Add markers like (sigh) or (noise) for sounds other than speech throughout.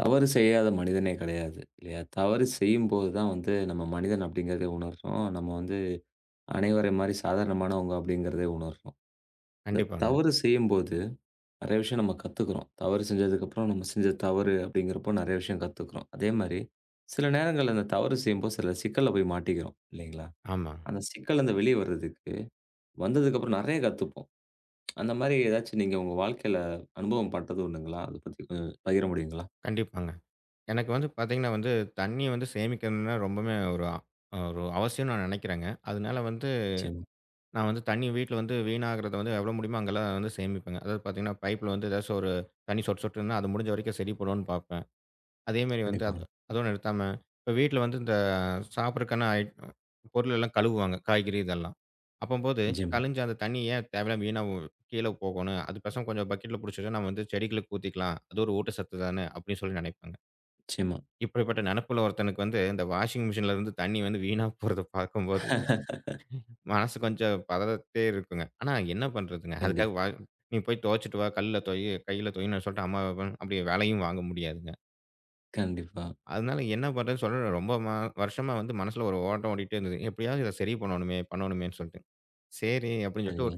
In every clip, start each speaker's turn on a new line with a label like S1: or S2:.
S1: தவறு செய்யாத மனிதனே கிடையாது. இல்லையா? தவறு செய்யும்போது தான் வந்து நம்ம மனிதன் அப்படிங்கிறதே உணர்றோம். நம்ம வந்து அனைவரை மாரி சாதாரணமானவங்க அப்படிங்கிறதே உணர்றோம். இந்த
S2: கண்டிப்பாங்க.
S1: தவறு செய்யும்போது நெறைய விஷயம் நம்ம கத்துக்கிறோம். தவறு செஞ்சதுக்கப்புறம் நம்ம செஞ்ச தவறு அப்படிங்கிறப்போ நெறைய விஷயம் கத்துக்கிறோம். அதே மாரி சில நேரங்கள்ல அந்த தவறு செய்யும்போது சில சிக்கல்ல போய் மாட்டிக்கிறோம். இல்லைங்களா?
S2: ஆமா.
S1: அந்த சிக்கல்லருந்து வெளிய வர்றதுக்கு வந்ததுக்கப்புறம் நெறைய கத்துப்போம். அந்த மாரி ஏதாச்சும் நீங்க உங்க வாழ்க்கையில அனுபவம் பட்டது உண்டுங்களா? அத பத்தி கொஞ்சம் பகிர முடியுங்களா?
S2: கண்டிப்பாங்க. எனக்கு வந்து பார்த்தீங்கன்னா வந்து, தண்ணீ வந்து சேமிக்கணும்னா ரொம்பவுமே ஒரு அவசியம்னு நான் நெனைக்கிறேங்க. அதனால வந்து
S1: நிச்சயமா.
S2: நான் வந்து தண்ணீ வீட்ல வந்து வீணாகுறத வந்து எவ்வளோ முடியுமோ அங்கெல்லாம் வந்து சேமிப்பேங்க. அதாவது பார்த்தீங்கன்னா, பைப்ல வந்து ஏதாச்சும் ஒரு தண்ணீ சொட்டு சொட்டுன்னா, அது முடிஞ்ச வரைக்கும் சரி பண்ணுவோன்னு பார்ப்பேன். அதேமாரி வந்து அது
S1: கண்டிப்பாங்க.
S2: அதோட நிறுத்தாம, இப்ப வீட்ல வந்து இந்த சாப்பிடுறதுக்கான பொருள் எல்லாம் கழுவுவாங்க. காய்கறி இதெல்லாம். அப்பம்போது
S1: நிச்சயமா,
S2: கழிஞ்ச அந்த தண்ணி ஏன் தேவையில்லாம வீணா கீழ போகணும். அது பேசாம கொஞ்சம் பக்கெட்ல புடிச்சு நம்ம வந்து செடிகளுக்கு ஊத்திக்கலாம். அது ஒரு ஊட்டச்சத்து தானே! அப்படின்னு சொல்லி நெனைப்பாங்க.
S1: நிச்சயமா.
S2: இப்படிப்பட்ட நெனப்புல ஒருத்தனுக்கு வந்து இந்த வாஷிங் மிஷின்ல இருந்து தண்ணி வந்து வீணா போறத பார்க்கும்போது,
S1: (laughs)
S2: மனசு கொஞ்சம் பதறிட்டே இருக்குங்க. ஆனா என்ன பண்றதுங்க?
S1: கண்டிப்
S2: அதுக்காக வா "நீ போய் துவைச்சுட்டு வா, கல்லுல தொய், கையில தொய்ன்னு" சொல்லிட்டு அம்மா அப்படி வேலையும் வாங்க முடியாதுங்க.
S1: கண்டிப்பா.
S2: அதனால என்ன பண்றதுன்னு சொல்ல ரொம்ப வருஷமா வந்து மனசுல ஒரு ஓட்டம் ஓடிட்டே இருந்தது. எப்படியாவது இத சரி பண்ணணுமே, பண்ணணுமேன்னு சொல்லிட்டு. சரி அப்படின்னு சொல்லிட்டு
S1: சரிங்க,
S2: ஒரு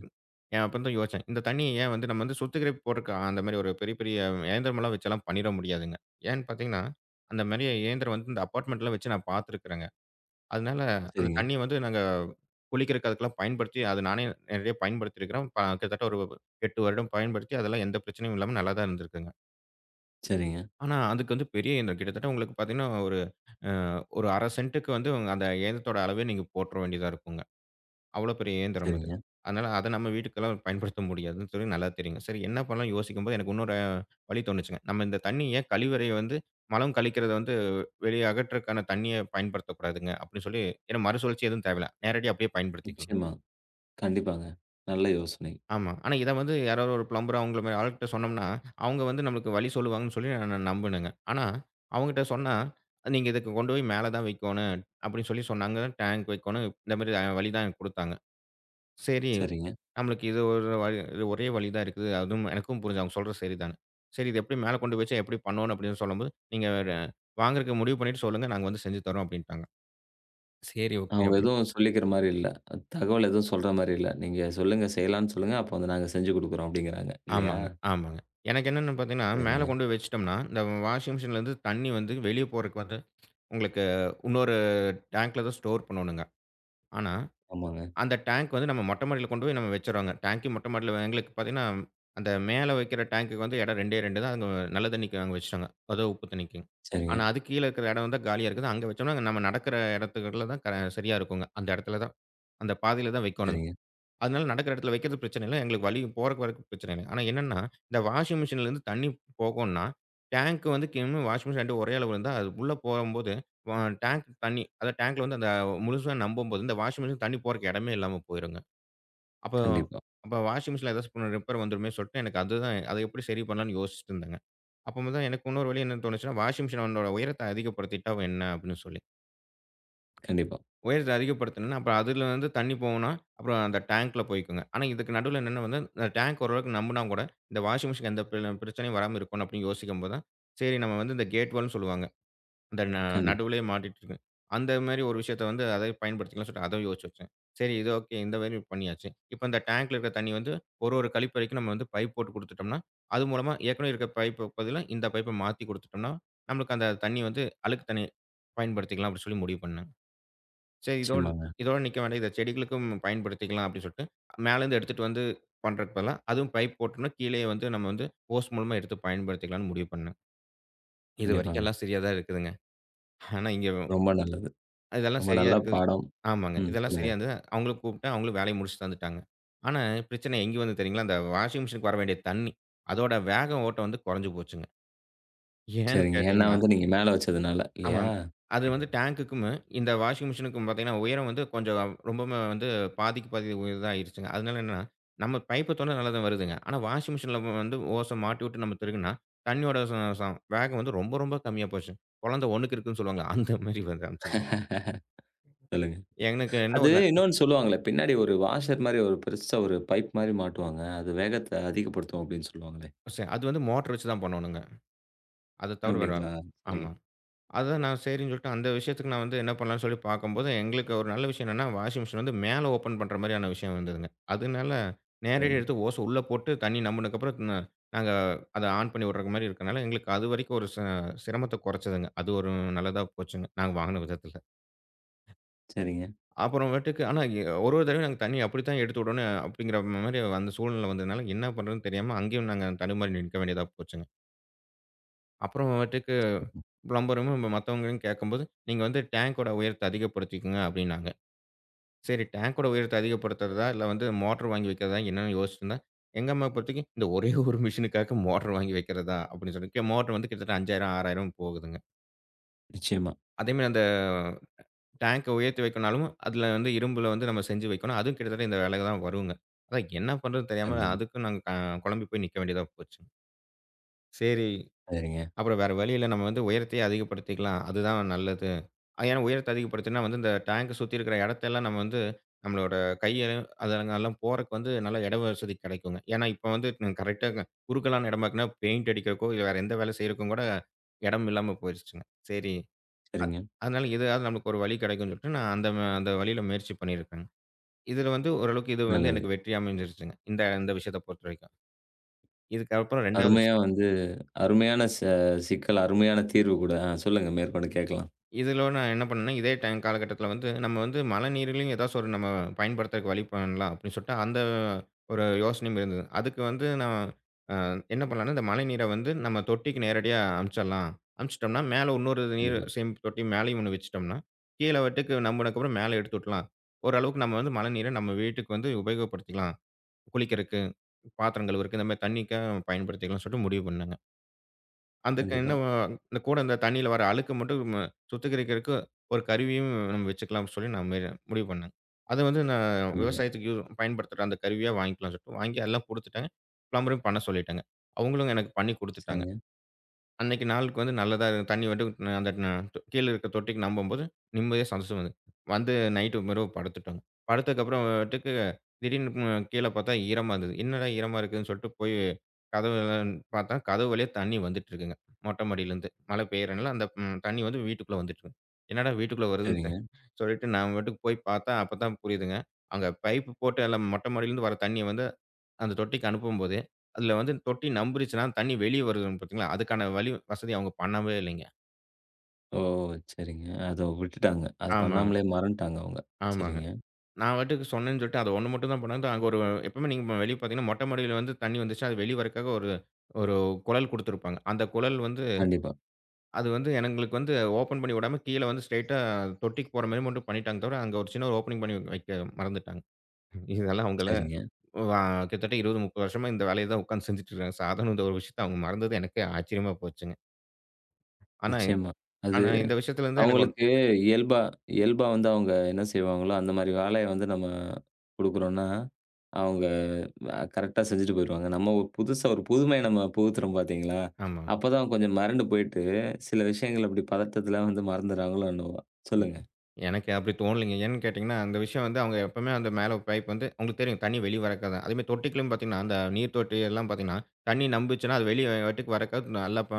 S2: என் அப்ப தான் யோசிச்சேன். இந்த தண்ணிய ஏன் வந்து நம்ம வந்து சுத்திகரிப்பு போட்டுருக்க அந்த மாரி ஒரு பெரிய பெரிய இயந்திரமெல்லாம் வச்செல்லாம் பண்ணிற முடியாதுங்க. ஏன்னு பார்த்தீங்கன்னா, அந்த மாரி இயந்திரம் வந்து இந்த அபார்ட்மெண்ட்லாம் வச்சு நான் பார்த்துருக்கிறேங்க. அதனால அந்த
S1: சரிங்க,
S2: தண்ணிய வந்து நாங்க குளிக்கிறக்கு அதுக்கெல்லாம் பயன்படுத்தி அது நானே நிறைய பயன்படுத்தியிருக்கிறேன். கிட்டத்தட்ட ஒரு 8 வருடம் பயன்படுத்தி அதெல்லாம் எந்த பிரச்சனையும் இல்லாம நல்லா தான் இருந்திருக்குங்க.
S1: சரிங்க,
S2: ஆனா அதுக்கு வந்து பெரிய இயந்திரம் கிட்டத்தட்ட உங்களுக்கு பார்த்தீங்கன்னா அ ஒரு 1/2 சென்ட்டுக்கு வந்து உங்க அந்த ஏந்தத்தோட அளவே நீங்க போட்டுற வேண்டியதா இருக்குங்க. அவ்வளோ பெரிய இயந்திரம் அது.
S1: சரிங்க.
S2: அதனால அத நம்ம வீட்டுக்கெல்லாம் பயன்படுத்த முடியாதுன்னு சொல்லி நல்லா தெரியுங்க. சரி என்ன பண்ணலாம்னு யோசிக்கும்போது எனக்கு இன்னொரு வழி தோணுச்சுங்க. நம்ம இந்த தண்ணீய கழிவறைய வந்து மலம் கழிக்கிறத வந்து வெளிய அகற்றக்கான தண்ணீய பயன்படுத்தக்கூடாதுங்க அப்படின்னு சொல்லி ஏன்னா மறுசுழற்சி எதுவும் தேவையில்ல. நேரடியா அப்படியே பயன்படுத்திக்கலாம்.
S1: நிச்சயமா. கண்டிப்பாங்க. நல்ல யோசனை.
S2: ஆமா. ஆனா இத வந்து யாராவது ஒரு பிளம்பர் அவங்கள மாரி ஆள்கிட்ட சொன்னோம்னா, அவங்க வந்து நம்மளுக்கு வழி சொல்லுவாங்கன்னு சொல்லி நான் நம்புனேங்க. ஆனா அவங்ககிட்ட சொன்னா, "நீங்க இதுக்கு கொண்டு போய் மேல தான் வைக்கோணும்" அப்படின்னு சொல்லி சொன்னாங்க. டேங்க் வைக்கோணும். இந்த மாரி வழி தான் எனக்கு குடுத்தாங்க. சரி,
S1: சரிங்க.
S2: நம்மளுக்கு இது ஒரே வழி தான் இருக்குது. அதுவும் எனக்கும் புரிஞ்சு அவங்க சொல்றது சரிதான்னு. சரி இது எப்படி மேல கொண்டு போய் வச்சா எப்படி பண்ணணும் அப்படின்னு சொல்லும்போது, "நீங்க வாங்குறதுக்கு முடிவு பண்ணிட்டு சொல்லுங்க. நாங்க வந்து செஞ்சு தரோம்" அப்படின்ட்டாங்க. சரி, ஓகே.
S1: அவங்க
S2: சரி
S1: எதுவும் சொல்லிக்கிற மாரி இல்ல. தகவல் எதுவும் சொல்ற மாரி இல்ல. நீங்க சொல்லுங்க, செய்யலான்னு சொல்லுங்க. அப்ப வந்து நாங்க செஞ்சு குடுக்குறோம் அப்படிங்கிறாங்க. இல்லையா?
S2: ஆமாங்க, ஆமாங்க. எனக்கு என்னன்னு பார்த்தீங்கன்னா, மேல
S1: சரிங்க.
S2: கொண்டு போய் வச்சுட்டோம்னா, இந்த வாஷிங் மிஷின்லேருந்து தண்ணி வந்து வெளிய போறதுக்கு வந்து உங்களுக்கு இன்னொரு டேங்க்ல தான் ஸ்டோர் பண்ணணுங்க. ஆனா,
S1: ஆமாங்க.
S2: அந்த டேங்க் வந்து நம்ம மொட்டை மாடியில கொண்டு போய் நம்ம வச்சுடுறோங்க. டேங்க்கும் மொட்டை மாடியில எங்களுக்கு பார்த்தீங்கன்னா, அந்த மேல வைக்கிற டேங்க்குக்கு வந்து இடம் 2டே 2 தான். அங்க நல்ல தண்ணிக்கு நாங்க வச்சுட்டோங்க. அதுவும் உப்பு தண்ணிக்கு.
S1: சரிங்க,
S2: ஆனா, அதுக்கு கீழ இருக்கிற இடம் வந்து காலியா இருக்குது. அங்க வச்சோம்னா, நம்ம நடக்கிற இடத்துக்குள்ள தான் சரியா இருக்குங்க. அந்த பாதையில தான் வைக்கணும்.
S1: சரிங்க.
S2: அதனால நடக்குற இடத்துல வைக்கிறது பிரச்சனை இல்ல. எங்களுக்கு வழி போறக்கு வரக்கு பிரச்சனை இல்ல. ஆனா என்னன்னா, இந்த வாஷிங் மிஷின்லேருந்து தண்ணி போகும்ன்னா, டேங்க் வந்து வாஷிங் மிஷின் 2 ஒரே அளவு இருந்தா, அது உள்ள போகும்போது வ டேங்க் தண்ணி அதாவது டேங்க்ல வந்து அந்த முழுசா நம்பும்போது, இந்த வாஷிங் மிஷின் தண்ணி போறக்கு இடமே இல்லாம போயிருங்க. அப்ப
S1: கண்டிப்பா,
S2: அப்ப வாஷிங் மிஷின்ல ஏதாச்சும் ரிப்பேர் வந்துருமே சொல்லிட்டு எனக்கு அதுதான் அது எப்படி சரி பண்ணலான்னு யோசிச்சுட்டு இருந்தேங்க. அப்போதான் எனக்கு இன்னொரு வழி என்ன தோணுச்சுன்னா, வாஷிங் மிஷினோட உயரத்த அதிகப்படுத்திட்டா என்ன அப்படின்னு சொல்லி.
S1: கண்டிப்பா,
S2: உயரத்த அதிகப்படுத்தணும்னா, அப்புறம் அதுல வந்து தண்ணி போகும்னா, அப்புறம் அந்த டேங்க்ல போய்க்குங்க. ஆனா, இதுக்கு நடுவுல என்னன்னா வந்து, இந்த டேங்க் ஓரளவுக்கு நம்புனா கூட, இந்த வாஷிங் மிஷின் எந்த பிரச்சனையும் வராம இருக்கணும் அப்படின்னு யோசிக்கும் போது தான், சரி நம்ம வந்து இந்த கேட் வால்ன்னு சொல்லுவாங்க. இந்த
S1: கண்டிப்பா.
S2: நடுவுலயே மாட்டிட்டு இருக்கும். அந்த மாரி ஒரு விஷயத்த வந்து அதை பயன்படுத்திக்கலாம்னு சொல்லிட்டு அதை யோசிச்சு வச்சேன். சரி இது ஓகே. இந்த மாரி பண்ணியாச்சு. இப்ப இந்த டேங்க்ல இருக்கிற தண்ணி வந்து ஒரு ஒரு கழிப்பறைக்கும் நம்ம வந்து பைப் போட்டு குடுத்துட்டோம்னா, அது மூலமா ஏற்கனவே இருக்கிற பைப் பதிலா இந்த பைப்ப மாத்தி குடுத்துட்டோம்னா, நம்மளுக்கு அந்த தண்ணி வந்து அழுக்கு தண்ணி பயன்படுத்திக்கலாம் அப்படின்னு சொல்லி முடிவு பண்ணேன். சரி. இதோட
S1: நிச்சயமாங்க.
S2: இதோட நிக்க வேண்டாம். இத செடிகளுக்கும் பயன்படுத்திக்கலாம் அப்படின்னு சொல்லிட்டு, மேலேருந்து எடுத்துட்டு வந்து பண்றதுக்கு பதிலா, அதுவும் பைப் போட்டோம்னா, கீழயே வந்து நம்ம வந்து ஹோஸ் மூலமா எடுத்து பயன்படுத்திக்கலாம்ன்னு முடிவு பண்ணேன். இதுவரைக்கும்
S1: கண்டிப்பாங்க.
S2: எல்லாம் சரியா தான் இருக்குதுங்க. ஆனா, இங்க
S1: ரொம்ப நல்லது.
S2: இதெல்லாம்
S1: ரொம்ப
S2: சரியா
S1: நல்ல
S2: இருக்குது.
S1: பாடம்.
S2: ஆமாங்க.
S1: ம்.
S2: இதெல்லாம்
S1: சொல்லுங்க.
S2: சரியா இருந்தது. அவங்களும் கூப்பிட்டேன். அவங்களும் வேலைய முடிச்சு தந்துட்டாங்க. ஆனா, பிரச்சனை எங்க வந்தது தெரியுங்களா? அந்த வாஷிங் மிஷினுக்கு வர வேண்டிய தண்ணி, அதோட வேக ஓட்டம் வந்து குறைஞ்சு போச்சுங்க. ஏன்னு
S1: சரிங்க. ஏன்னா
S2: கேட்டீங்கன்னா
S1: வந்து நீங்க மேல வச்சதுனால. இல்லையா?
S2: ஆமாம். அது வந்து டேங்க்குக்கும், இந்த வாஷிங் மிஷினுக்கும் பார்த்தீங்கன்னா, உயரம் வந்து கொஞ்சம் ரொம்பவுமே வந்து பாதிக்கு பாதி உயரம் தான் ஆயிருச்சுங்க. அதனால என்னன்னா, நம்ம பைப்ப தொறந்தா நல்லா தான் வருதுங்க. ஆனா, வாஷிங் மிஷின்ல வந்து ஓச மாட்டி விட்டு நம்ம திருகுனா, தண்ணியோட ச ச வேகம் வந்து ரொம்ப ரொம்ப கம்மியா போச்சு. குழந்தை ஒண்ணுக்கு இருக்குன்னு சொல்லுவாங்க. அந்த மாரி வந்து அனுப்பிச்சிருச்சு.
S1: சொல்லுங்க.
S2: எனக்கு என்ன
S1: அது
S2: ஒரு ந
S1: இன்னொன்னு சொல்லுவாங்கல்ல, பின்னாடி ஒரு வாஷர் மாரி ஒரு பெருசா ஒரு பைப் மாரி மாட்டுவாங்க. அது வேகத்த அதிகப்படுத்தும் அப்படின்னு சொல்லுவாங்களே!
S2: சரி, அது வந்து மோட்டர் வச்சு தான் பண்ணணுங்க. அத தவிர வேற
S1: அப்படிங்களா? சரிங்க,
S2: ஆமா. அதான் நான் சரின்னு சொல்லிட்டு அந்த விஷயத்துக்கு நான் வந்து என்ன பண்ணலான்னு சொல்லி பார்க்கும்போது, எங்களுக்கு ஒரு நல்ல விஷயம் என்னன்னா, வாஷிங் மிஷின் வந்து மேல ஓப்பன் பண்ற மாரியான விஷயம் வந்ததுங்க. அதனால நேரடியா
S1: சரிங்க,
S2: எடுத்து ஓச உள்ள போட்டு தண்ணி நம்புனதுக்கப்புறம் நாங்க அத ஆன் பண்ணி விடுற மாரி இருக்கனால, எங்களுக்கு அதுவரைக்கும் ஒரு சிரமத்த குறைச்சதுங்க. அது ஒரு நல்லதா போச்சுங்க. நாங்க வாங்குன விதத்துல.
S1: சரிங்க.
S2: அப்புறமேட்டுக்கு ஆனா எ ஒரு ஒரு தடவையும் நாங்க தண்ணி அப்படித்தான் எடுத்து விடணும் அப்படிங்கிற மாரி அந்த சூழ்நிலை வந்ததுனால, என்ன பண்றதுன்னு தெரியாம அங்கேயும் நாங்க தடுமாறி நிற்க வேண்டியதா போச்சுங்க. அப்புறமேட்டுக்கு பிளம்பரும் நம்ம மத்தவங்களையும் கேட்கும்போது, "நீங்க வந்து டேங்கோட உயரத்த அதிகப்படுத்திக்கங்க" அப்படின்னாங்க. சரி டேங்கோட உயரத்த அதிகப்படுத்துறதா, இல்ல வந்து மோட்டார் வாங்கி வைக்கிறதா என்னன்னு யோசிச்சிருந்தேன். எங்க அம்மா பொறுத்தவரைக்கும், "இந்த ஒரே (laughs) ஒரு மிஷினுக்காக மோட்டார் வாங்கி வைக்கிறதா?" அப்படின்னு சொல்லி மோட்டார் வந்து கிட்டத்தட்ட 5,000, 6,000 போகுதுங்க.
S1: நிச்சயமா,
S2: அதேமாரி அந்த டேங்க உயர்த்தி வைக்கணும்னாலும், அதுல வந்து இரும்புல வந்து நம்ம செஞ்சு வைக்கணும். அதுவும் கிட்டத்தட்ட இந்த விலை தான் வருங்க. அதான் என்ன பண்றதுன்னு தெரியாம
S1: கண்டிப்பா.
S2: அதுக்கும் நாங்க குழம்பி போய் நிக்க வேண்டியதா போச்சு. சரி
S1: சரிங்க,
S2: அப்புறம் வேற வழி இல்ல. நம்ம வந்து உயரத்தையே அதிகப்படுத்திக்கலாம். அதுதான் நல்லது. ஏன்னா உயரத்த அதிகப்படுத்தினா வந்து இந்த டேங்க்க சுத்தி இருக்கிற இடத்தெல்லாம் நம்ம வந்து நம்மளோட கைய அதெல்லாம் போறக்கு வந்து நல்ல இட வசதி கிடைக்குங்க. ஏன்னா இப்ப வந்து கரெக்ட்டா குறுகலான இடமாக்குனா பெயிண்ட் அடிக்கிறக்கோ, இல்ல வேற எந்த வேலை செய்றக்கும் கூட இடம் இல்லாம போயிருச்சுங்க. சரி,
S1: சரிங்க.
S2: அதனால எதாவது நமக்கு ஒரு வழி கிடைக்கும்னு சொல்லிட்டு நான் அந்த வழியில முயற்சி பண்ணியிருக்கேங்க. இதுல வந்து ஓரளவுக்கு இது வந்து
S1: நல்லது.
S2: எனக்கு வெற்றி அமைஞ்சிருச்சுங்க. இந்த இந்த விஷயத்த பொறுத்தவரைக்கும். இதுக்கப்புறம் 2வது
S1: அருமையா
S2: விஷயம்
S1: வந்து அருமையான சிக்கல், அருமையான தீர்வு கூட. ஆ சொல்லுங்க மேற்கொண்டு கேட்கலாம்.
S2: இதில நான் என்ன பண்ணேன்னா, இதே டைம் காலகட்டத்தில வந்து, நம்ம வந்து மழைநீரிலயும் ஏதாச்சும் ஒரு நம்ம பயன்படுத்துறதுக்கு வழி பண்ணலாம் அப்படின்னு சொல்லிட்டு, அந்த ஒரு யோசனையும் இருந்தது. அதுக்கு வந்து நான் அ என்ன பண்ணலான்னா, இந்த மழைநீரை வந்து நம்ம தொட்டிக்கு நேரடியா அனுப்பிச்சிடலாம். அனுப்பிச்சிட்டோம்னா, மேல இன்னொரு நீர்
S1: கண்டிப்பா,
S2: சேமிப்பு தொட்டி மேலேயும் ஒண்ணு வச்சுட்டோம்னா, கீழ வட்டுக்கு நம்பினதுக்கப்புறம் மேல எடுத்து விட்டுலாம். ஓரளவுக்கு நம்ம வந்து மழைநீரை நம்ம வீட்டுக்கு வந்து உபயோகப்படுத்திக்கலாம். குளிக்கிறக்கு, பாத்திரம் கழுவுறக்கு, இந்த மாரி தண்ணிக்கா பயன்படுத்திக்கலாம்னு சொல்லிட்டு முடிவு பண்ணேங்க. அதுக்கு
S1: கண்டிப்பா,
S2: என்ன இந்த கூட இந்த தண்ணீல வர அழுக்கு மட்டும் சுத்திகரிக்கிறதுக்கு ஒரு கருவியும் நம்ம வச்சுக்கலாம்னு சொல்லி நான் மேல முடிவு பண்ணேன். அது வந்து நான்
S1: கண்டிப்பா.
S2: விவசாயத்துக்கு பயன்படுத்துற அந்த கருவியா வாங்கிக்கலாம்னு சொல்லிட்டு வாங்கி எல்லாம் குடுத்துட்டேங்க. பிளம்பரையும் பண்ண சொல்லிட்டேங்க. அவங்களும் எனக்கு பண்ணி குடுத்துட்டாங்க.
S1: சரிங்க,
S2: அன்னைக்கு நாளுக்கு வந்து நல்லதா தண்ணி வந்து ந- அந்த ந கீழ இருக்க தொட்டிக்கு நம்பும்போது நிம்மதியா சந்தோஷமா இருந்தது. வந்து நைட்டு இரவு படுத்துட்டோங்க. படுத்ததுக்கு அப்புறமேட்டுக்கு திடீர்னு கீழ பார்த்தா ஈரமா இருந்தது. என்னடா ஈரமா இருக்குதுன்னு சொல்லிட்டு போய் கதவெல்லாம் பார்த்தா, கதவு வழியா தண்ணி வந்துட்டு இருக்குங்க. மொட்ட மாடியிலருந்து. மழை பெய்யறனால அந்த தண்ணி வந்து வீட்டுக்குள்ள வந்துட்டு இருக்கு. என்னடா வீட்டுக்குள்ள வருதுன்னு தெ
S1: சரிங்க.
S2: சொல்லிட்டு நான் பாட்டுக்கு போய் பார்த்தா, அப்பதான் புரியுதுங்க. அங்க பைப்பு போட்டு எல்லாம் மொட்ட மாடியிலருந்து வர தண்ணிய வந்து அந்த தொட்டிக்கு அனுப்பும்போது, அதுல வந்து தொட்டி நம்புருச்சுன்னா தண்ணி வெளிய வருது பார்த்தீங்களா, அதுக்கான வழி வசதி அவங்க பண்ணவே இல்லைங்க.
S1: ஓ! சரிங்க. அத விட்டுட்டாங்க. அது
S2: ஆமாங்க,
S1: பண்ணாமலே மறந்துட்டாங்க அவங்க.
S2: ஆமாங்க.
S1: சரிங்க.
S2: நான் பாட்டுக்கு சொன்னேன்னு சொல்லிட்டு அது ஒண்ணு மட்டும் தான் பண்ணாங்க. அங்க ஒரு எப்பவுமே நீங்க வெளிய பார்த்தீங்கன்னா, மொட்ட மாடியில வந்து தண்ணி வந்துச்சுன்னா, அது வெளிய வரக்காக ஒரு ஒரு குழல் குடுத்திருப்பாங்க. அந்த குழல் வந்து
S1: கண்டிப்பா.
S2: அது வந்து எங்களுக்கு வந்து ஓப்பன் பண்ணி விடாம, கீழ வந்து ஸ்ட்ரெயிட்டா தொட்டிக்கு போற மாரி மட்டும் பண்ணிட்டாங்க தவிர, அங்க ஒரு சின்ன ஒரு ஓப்பனிங் பண்ணி வைக்க மறந்துட்டாங்க. இதெல்லாம் அவங்கள
S1: சரிங்க.
S2: வா கிட்டத்தட்ட 20, 30 வருஷமா இந்த வேலைய தான் உட்கார்ந்து செஞ்சுட்டு இருக்காங்க. சாதாரண இந்த ஒரு விஷயத்த அவங்க மறந்தது எனக்கே ஆச்சரியமா போச்சுங்க. ஆனா
S1: நிச்சயமா. அது
S2: ஆனா இந்த விஷயத்துல இருந்து எனக்கு ஒண்ணு
S1: அவங்களுக்கு இயல்பா இயல்பா வந்து அவங்க என்ன செய்வாங்களோ, அந்த மாரி வேலைய வந்து நம்ம குடுக்குறோம்ன்னா, அவங்க அ கரெக்ட்டா செஞ்சுட்டு போயிருவாங்க. நம்ம ஒரு புதுசா ஒரு புதுமைய நம்ம புகுத்துறோம் பார்த்தீங்களா?
S2: ஆமா.
S1: அப்பதான் கொஞ்சம் மறண்டு போயிட்டு, சில விஷயங்கள் அப்படி பதட்டத்துல வந்து மறந்துடுறாங்களோ என்னவோ? சொல்லுங்க.
S2: எனக்கு அப்படி தோணலைங்க. ஏன்னு கேட்டீங்கன்னா, அந்த விஷயம் வந்து அவங்க எப்பவுமே அந்த மேல பைப் வந்து உங்களுக்கு தெரியும் தண்ணி வெளிய வரக்காதான். அதேமாரி தொட்டிக்குள்ளயும் பார்த்தீங்கன்னா, அந்த நீர் தொட்டி எல்லாம் பார்த்தீங்கன்னா, தண்ணி நம்புச்சுன்னா, அது வெளிய வாட்டுக்கு வரக்கா நல்லா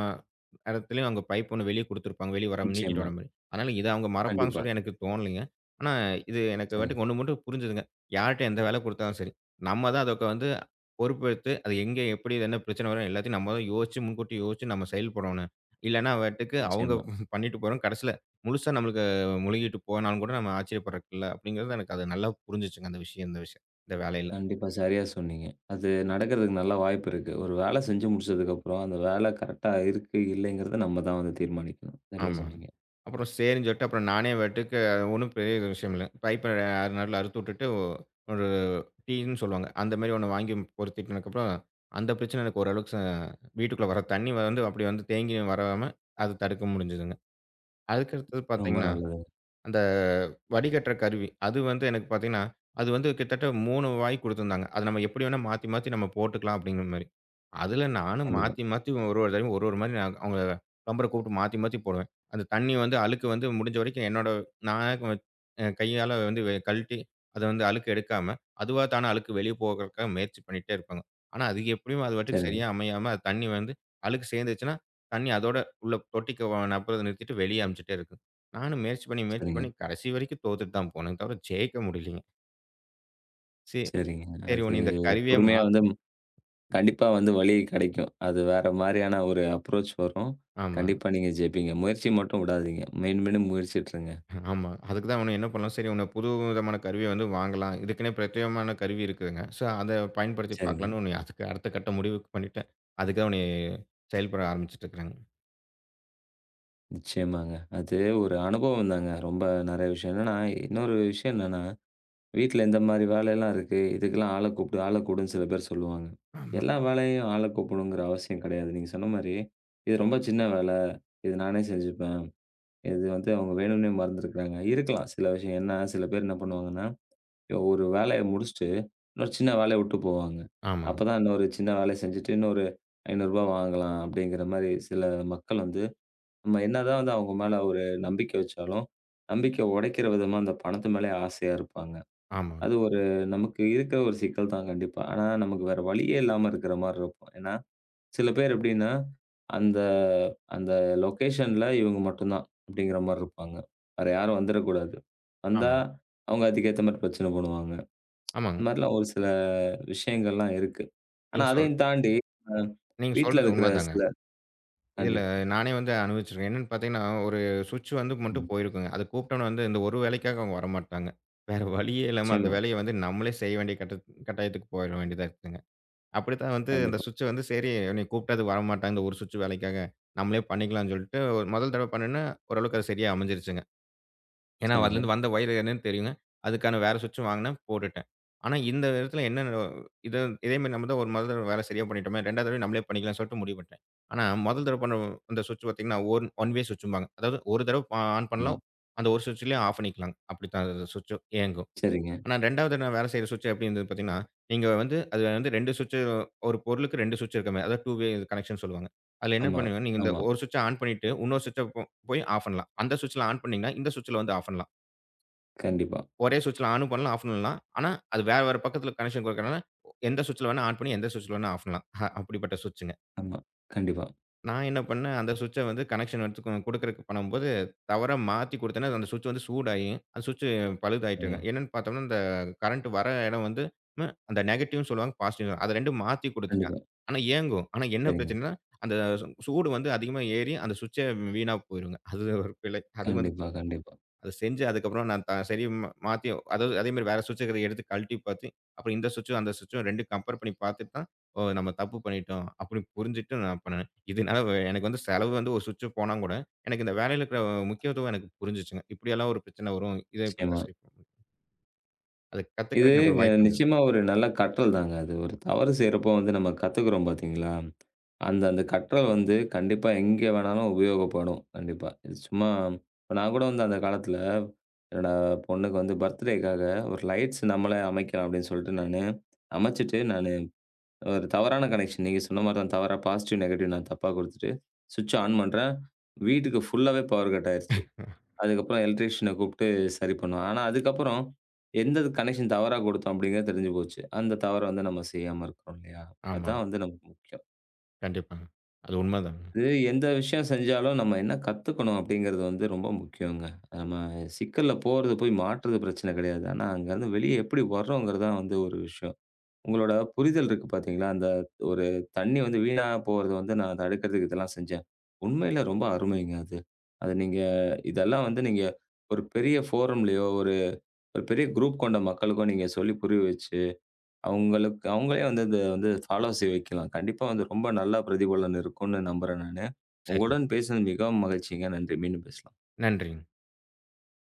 S2: இடத்துலயும் அங்க பைப் ஒண்ணு வெளிய குடுத்துருப்பாங்க. வெளிய வராம நீட்டிட்டு
S1: நிச்சயமா.
S2: வர மாரி. அதனால இத அவங்க மறப்பாங்கன்னு
S1: கண்டிப்பா.
S2: சொல்லி எனக்கு தோணலைங்க. ஆனா, இது எனக்கு
S1: சரி.
S2: பாட்டுக்கு ஒண்ணு மட்டும் புரிஞ்சுதுங்க. யார்ட்ட எந்த வேலை குடுத்தாலும் சரி, நம்ம தான் அதுக்கு வந்து பொறுப்பெடுத்து, அது எங்க, எப்படி, இது என்ன பிரச்சனை வரும் எல்லாத்தையும் நம்ம தான் யோசிச்சு, முன்கூட்டி யோசிச்சு நம்ம செயல்படணும். இல்லன்னா, வாட்டுக்கு அவங்க
S1: நிச்சயமா.
S2: பண்ணிட்டு போறோம். கடைசில முழுசா நம்மளுக்கு முழுகிட்டு போனாலும் கூட நம்ம ஆச்சரியப்படறக்குல்ல அப்படிங்கிறது எனக்கு அது நல்லா புரிஞ்சுச்சுங்க அந்த விஷயம் இந்த வேலையில.
S1: கண்டிப்பா. சரியா சொன்னீங்க. அது நடக்கிறதுக்கு நல்ல வாய்ப்பு இருக்கு. ஒரு வேலை செஞ்சு முடிச்சதுக்கப்புறம், அந்த வேலை கரெக்ட்டா இருக்கு, இல்லைங்கிறத நம்ம தான் வந்து தீர்மானிக்கணும். சரியா
S2: ஆமாங்க.
S1: சொன்னீங்க.
S2: அப்புறம் சரின்னு சொல்லிட்டு நானே பாட்டுக்கு ஒண்ணும் பெரிய விஷயம் இல்ல. பைப்ப 6 நாட்ல அறுத்து விட்டுட்டு ஒரு டீன்னு சொல்லுவாங்க. அந்த மாரி ஒண்ணு வாங்கி பொருத்திட்டனக்கப்புறம் அந்த பிரச்சனை எனக்கு ஓரளவுக்கு வீட்டுக்குள்ள வர தண்ணி வந்து அப்படி வந்து தேங்கி வராம அத தடுக்க முடிஞ்சதுங்க. அதுக்கு அடுத்தது
S1: ரொம்ப
S2: பார்த்தீங்கன்னா
S1: நல்லது.
S2: அந்த வடிகட்டுற கருவி. அது வந்து எனக்கு பார்த்தீங்கன்னா, அது வந்து கிட்டத்தட்ட 3 வாய் குடுத்துருந்தாங்க. அத நம்ம எப்படி வேணா மாத்தி, மாத்தி நம்ம போட்டுக்கலாம் அப்படிங்கிற மாரி. அதுல நானும்
S1: கண்டிப்பா.
S2: மாத்தி, மாத்தி ஒரு ஒரு தடவையும் ஒரு ஒரு மாரி நான் அவங்க ப்ளம்பர கூப்பிட்டு மாத்தி, மாத்தி போடுவேன். அந்த தண்ணி வந்து அழுக்கு வந்து முடிஞ்ச வரைக்கும் என்னோட நானே கையால வந்து கழட்டி அத வந்து அழுக்கு எடுக்காம, அதுவா தானா அழுக்கு வெளிய போகறதுக்காக முயற்சி பண்ணிட்டே இருப்பாங்க. ஆனா அது எப்படியும் அது பாட்டுக்கு
S1: சரிங்க.
S2: சரியா அமையாம, அது தண்ணி வந்து அழுக்கு சேர்ந்துச்சுன்னா, தண்ணி அதோட உள்ள தொட்டிக்கு நப்புறத நிறுத்திட்டு வெளிய அமுச்சுட்டே இருக்கும். நானும் முயற்சி பண்ணி, முயற்சி
S1: சரிங்க.
S2: பண்ணி கடைசி வரைக்கும் தோத்துட்டு தான் போனேன். தவிர ஜெயிக்க முடியலைங்க. சே
S1: சரிங்க.
S2: சரி
S1: அது
S2: உன்னை இந்த கருவிய
S1: பொறுமையா வந்து
S2: மாத்து
S1: கண்டிப்பா வந்து வழி கிடைக்கும். அது வேற மாரியான ஒரு அப்ரோச் வரும்.
S2: ஆமா,
S1: கண்டிப்பா நீங்க ஜெயிப்பீங்க. முயற்சி மட்டும் விடாதீங்க. மீண்டும் மீண்டும் முயற்சிட்டுருங்க.
S2: ஆமா. அதுக்கு தான் உன்ன என்ன பண்ணலாம், சரி உன்ன புது விதமான கருவிய வந்து வாங்கலாம். இதுக்குன்னே பிரத்யேகமான கருவி இருக்குதுங்க. ஸோ அத பயன்படுத்தி
S1: சரிங்க.
S2: பார்க்கலான்னு உன்னை அதுக்கு அடுத்த கட்ட முடிவுக்கு பண்ணிட்டேன். அதுக்கு தான் உன்னைய செயல்பட ஆரம்பிச்சுட்டு இருக்கிறேங்க.
S1: நிச்சயமாங்க. அது ஒரு அனுபவம் தாங்க. ரொம்ப நெறைய விஷயம். என்னன்னா, இன்னொரு விஷயம் என்னன்னா, வீட்ல இந்த மாரி வேலையெல்லாம் இருக்கு. இதுக்கெல்லாம் ஆள கூப்பிடு, ஆள கூப்பிடுன்னு சில பேர் சொல்லுவாங்க. எல்லா வேலையும் ஆள கூப்பிடணுங்கிற அவசியம் கிடையாது. நீங்க சொன்ன மாரி, இது ரொம்ப சின்ன வேல. இது நானே செஞ்சுப்பேன். இது வந்து அவங்க வேணும்னே மறந்துருக்காங்க. இருக்கலாம் சில விஷயம். ஏன்னா, சில பேர் என்ன பண்ணுவாங்கன்னா ஒரு வேலைய முடிச்சுட்டு, இன்னொரு சின்ன வேலைய விட்டு போவாங்க.
S2: ஆமாங்க,
S1: அப்பதான் இன்னொரு சின்ன வேலைய செஞ்சுட்டு, இன்னொரு ரூ. 500 வாங்கலாம் அப்படிங்கிற மாரி சில மக்கள் வந்து, நம்ம என்னதான் வந்து அவங்க மேல ஒரு நம்பிக்கை வச்சாலும், நம்பிக்கை உடைக்கிற விதமா அந்த பணத்து மேலயே ஆசையா இருப்பாங்க.
S2: ஆமாங்க,
S1: அது ஒரு நமக்கு இருக்கிற ஒரு சிக்கல் தான் கண்டிப்பா. ஆனா, நமக்கு வேற வழியே இல்லாம இருக்கிற மாரி இருக்கும். ஏன்னா, சில பேர் எப்படின்னா, அந்த அந்த லொகேஷன்ல இவங்க மட்டும் தான் அப்படிங்கிற மாரி இருப்பாங்க. வேற யாரும் வந்துரக்கூடாது. வந்தா
S2: ஆமாங்க,
S1: அவங்க அதுக்கேத்த மாரி பிரச்சனை பண்ணுவாங்க.
S2: ஆமாங்க.
S1: இந்த மாரிலாம் ஒரு சில விஷயங்கள்லாம் இருக்கு. ஆனா
S2: நீங்க சொல்
S1: அதையும் தாண்டி அ
S2: நீங்க
S1: வீட்ல
S2: சொல்றது
S1: இருக்கிற
S2: உண்மதாங்க.
S1: சில
S2: இதுல
S1: கண்டிப்பா.
S2: நானே வந்து அனுபவிச்சிருக்கேன். என்னன்னு பார்த்தீங்கன்னா, ஒரு சுவிட்ச் வந்து மட்டும்
S1: ம்.
S2: போயிருக்குங்க. அது கூப்பிட்டோன வந்து இந்த ஒரு வேலைக்காக அவங்க வரமாட்டாங்க. வேற வழியே இல்லாம அந்த
S1: நிச்சயமா.
S2: வேலைய வந்து நம்மளே செய்ய வேண்டிய கட்டாயத்துக்கு போயிட வேண்டியதா இருக்குங்க. அப்படித்தான் வந்து அந்த
S1: கண்டிப்பா.
S2: சுவிட்ச வந்து சரி என்னைய கூப்பிட்டா அது வரமாட்டாங்க. இந்த ஒரு சுவிட்ச் வேலைக்காக நம்மளே பண்ணிக்கலாம்னு சொல்லிட்டு, ஒரு முதல் தடவ பண்ணுனேன். ஓரளவுக்கு அது சரியா அமைஞ்சிருச்சுங்க. ஏன்னா,
S1: சரிங்க,
S2: அதுலேருந்து வந்த ஒயர் என்னன்னு தெரியுங்க. அதுக்கான வேற சுவிட்சும் வாங்குனேன், போட்டுட்டேன். ஆனா, இந்த இடத்துல என்ன ந இது இதே மாரி நம்ம தான் ஒரு முதல் தடவ வேலை சரியா பண்ணிட்டோமே, 2வது தடவையும் நம்மளே பண்ணிக்கலாம்னு சொல்லிட்டு முடிவு பண்ணிட்டேன். ஆனா, முதல் தடவ பண்ண அந்த சுவிட்ச் பார்த்தீங்கன்னா, ஒன் ஒன் வே சுவிட்சும்பாங்க. அதாவது ஒரு தடவ ஆன்
S1: சரிங்க,
S2: பண்ணலாம். அந்த ஒரு சுவிட்ச்லயே ஆஃப் பண்ணிக்கலாங்க. அப்படித்தான் அது சுவிட்ச் இயங்கும்.
S1: சரிங்க.
S2: ஆனா, 2வது நான் வேலை செய்ற சுவிட்ச் எப்படி இருந்தது பார்த்தீங்கன்னா, நீங்க வந்து அது வந்து 2 சுவிட்ச் ஒரு பொருளுக்கு 2 சுவிட்ச் இருக்க மாரி. அதாவது 2 வே கனெக்ஷன் சொல்லுவாங்க. அதில என்ன
S1: ஆமா,
S2: பண்ணுவீங்கன்னா, நீங்க இந்த
S1: ஆமா.
S2: ஒரு சுவிட்ச ஆன் பண்ணிட்டு, இன்னொரு சுவிட்ச போ போய் ஆஃப் பண்ணலாம். அந்த சுவிட்ச்ல ஆன் பண்ணீங்கன்னா, இந்த சுவிட்ச்ல வந்து ஆஃப் பண்ணலாம்.
S1: கண்டிப்பா.
S2: ஒரே சுவிட்ச்ல ஆனும் பண்ணலாம், ஆஃப் பண்ணலாம். ஆனா, அது வேற வேற பக்கத்துல கனெக்ஷன் குடுக்கறனால, எந்த சுவிட்ச்ல வேணா ஆன் பண்ணி, எந்த சுவிட்ச்ல வேணா ஆஃப் பண்ணலாம். அப்படிப்பட்ட சுவிட்சுங்க.
S1: ஆமா. கண்டிப்பா.
S2: நான் என்ன பண்ணேன், அந்த சுவிட்ச வந்து கனெக்ஷன் எடுத்து குடுக்கறக்கு பண்ணும்போது, தவறா மாத்தி குடுத்தேன்னா, அந்த சுவிட்ச் வந்து சூடாகி, அந்த சுவிட்ச் பழுதாயிட்டுங்க.
S1: ஐயா!
S2: என்னன்னு பார்த்தோம்னா, இந்த கரண்ட் வர இடம் வந்து அந்த நெகட்டிவ்னு சொல்லுவாங்க, பாசிட்டிவ் அத 2ம் மாத்தி குடுத்துட்டேன்.
S1: கண்டிப்பா.
S2: ஆனா இயங்கும். ஆனா என்ன
S1: சரிங்க.
S2: பிரச்சனைன்னா, அந்த சூடு வந்து அதிகமா ஏறி, அந்த சுவிட்சே வீணா போயிருங்க. அது ஒரு பிழை. அது வந்து
S1: கண்டிப்பா, கண்டிப்பா.
S2: அத செஞ்சு அதுக்கப்புறம் நான் த சரி ம மாத்தி அதாவது அதே மாரி வேற சுவிட்ச் இருக்கிறத எடுத்து கழட்டி பார்த்து, அப்புறம் இந்த சுவிட்சும், அந்த சுவிட்சும் 2 கம்பேர் பண்ணி பார்த்துட்டு தான், ஓ! நம்ம தப்பு பண்ணிட்டோம். அப்படின்னு புரிஞ்சுட்டு நான் பண்ணுனேன். எனக்கு வந்து செலவு வந்து ஒரு சுவிட்ச் போனா கூட, எனக்கு இந்த வேலையில இருக்கிற முக்கியத்துவம் எனக்கு புரிஞ்சுச்சுங்க. இப்படியெல்லாம் ஒரு பிரச்சனை வரும். இத
S1: நிச்சயமா.
S2: இப்படித்தான் சரி பண்ணணும். அத
S1: இது
S2: கத்துக்கிறதுக்கு எனக்கு ஒரு
S1: அ
S2: வாய்ப்பு வந்தது.
S1: நிச்சயமா ஒரு நல்ல கற்றல் தாங்க. அது ஒரு தவறு செய்றப்போ வந்து நம்ம கத்துக்கிறோம் பார்த்தீங்களா? அந்த அந்த கற்றல் வந்து கண்டிப்பா எங்க வேணாலும் உபயோகப்படும். கண்டிப்பா. இது சும்மா இப்ப நான் கூட வந்து அந்த காலத்தில என்னோட பொண்ணுக்கு வந்து பர்த்டேக்காக ஒரு லைட்ஸ் நம்மளே அமைக்கலாம் அப்படின்னு சொல்லிட்டு நானு அமைச்சுட்டு, நானு ஒரு தவறான கனெக்ஷன் நீங்க சொன்ன மாரி தான் தவறா பாசிட்டிவ், நெகட்டிவ் நான் தப்பா குடுத்துட்டு, ஸ்விட்ச் ஆன் பண்றேன். வீட்டுக்கு ஃபுல்லாவே பவர் கட் ஆயிருச்சு. அதுக்கப்புறம் எலக்ட்ரீஷியன கூப்ட்டு சரி பண்ணோம். ஆனா அதுக்கப்புறம் எந்த கனெக்ஷன் தவறா குடுத்தோம் அப்டிங்கிறது தெரிஞ்சு போச்சு. அந்த தவற வந்து நம்ம செய்யாம இருக்கிறோம் இல்லையா?
S2: ஆமா.
S1: அதான் வந்து நமக்கு முக்கியம்.
S2: கண்டிப்பாங்க. அது உண்மதாங்க.
S1: இது எந்த விஷயம் செஞ்சாலும் நம்ம என்ன கத்துக்கணும் அப்டிங்கிறது வந்து ரொம்ப முக்கியங்க. நம்ம சிக்கல்ல போறது போய் மாட்றது பிரச்சன கெடையாது. ஆனா அங்கருந்து வெளிய எப்டி வர்றோங்கிறது தான் வந்து ஒரு விஷயம். உங்களோட புரிதல் இருக்கு பாத்தீங்களா? அந்த ஒரு தண்ணி வந்து வீணா போறத வந்து நான் தடுக்கிறதுக்கு இதெல்லாம் செஞ்சேன். உண்மையில ரொம்ப அருமைங்க அது. அது நீங்க இதெல்லாம் வந்து நீங்க ஒரு பெரிய ஃபோரம்லயோ ஒரு ஒரு பெரிய குரூப் கொண்ட மக்களுக்கும் நீங்க சொல்லி புரிய வச்சு, அவங்களுக்கு அவங்களே வந்து இத வந்து ஃபாலோ செய்ய வைக்கலாம். கண்டிப்பா வந்து ரொம்ப நல்ல பிரதிபலன் இருக்கும்னு நம்புறேன் நானு.
S2: சரி.
S1: உங்களுடன் பேசினது மிகவும் மகிழ்ச்சிங்க. நன்றி. மீண்டும் பேசலாம்.
S2: நன்றிங்க.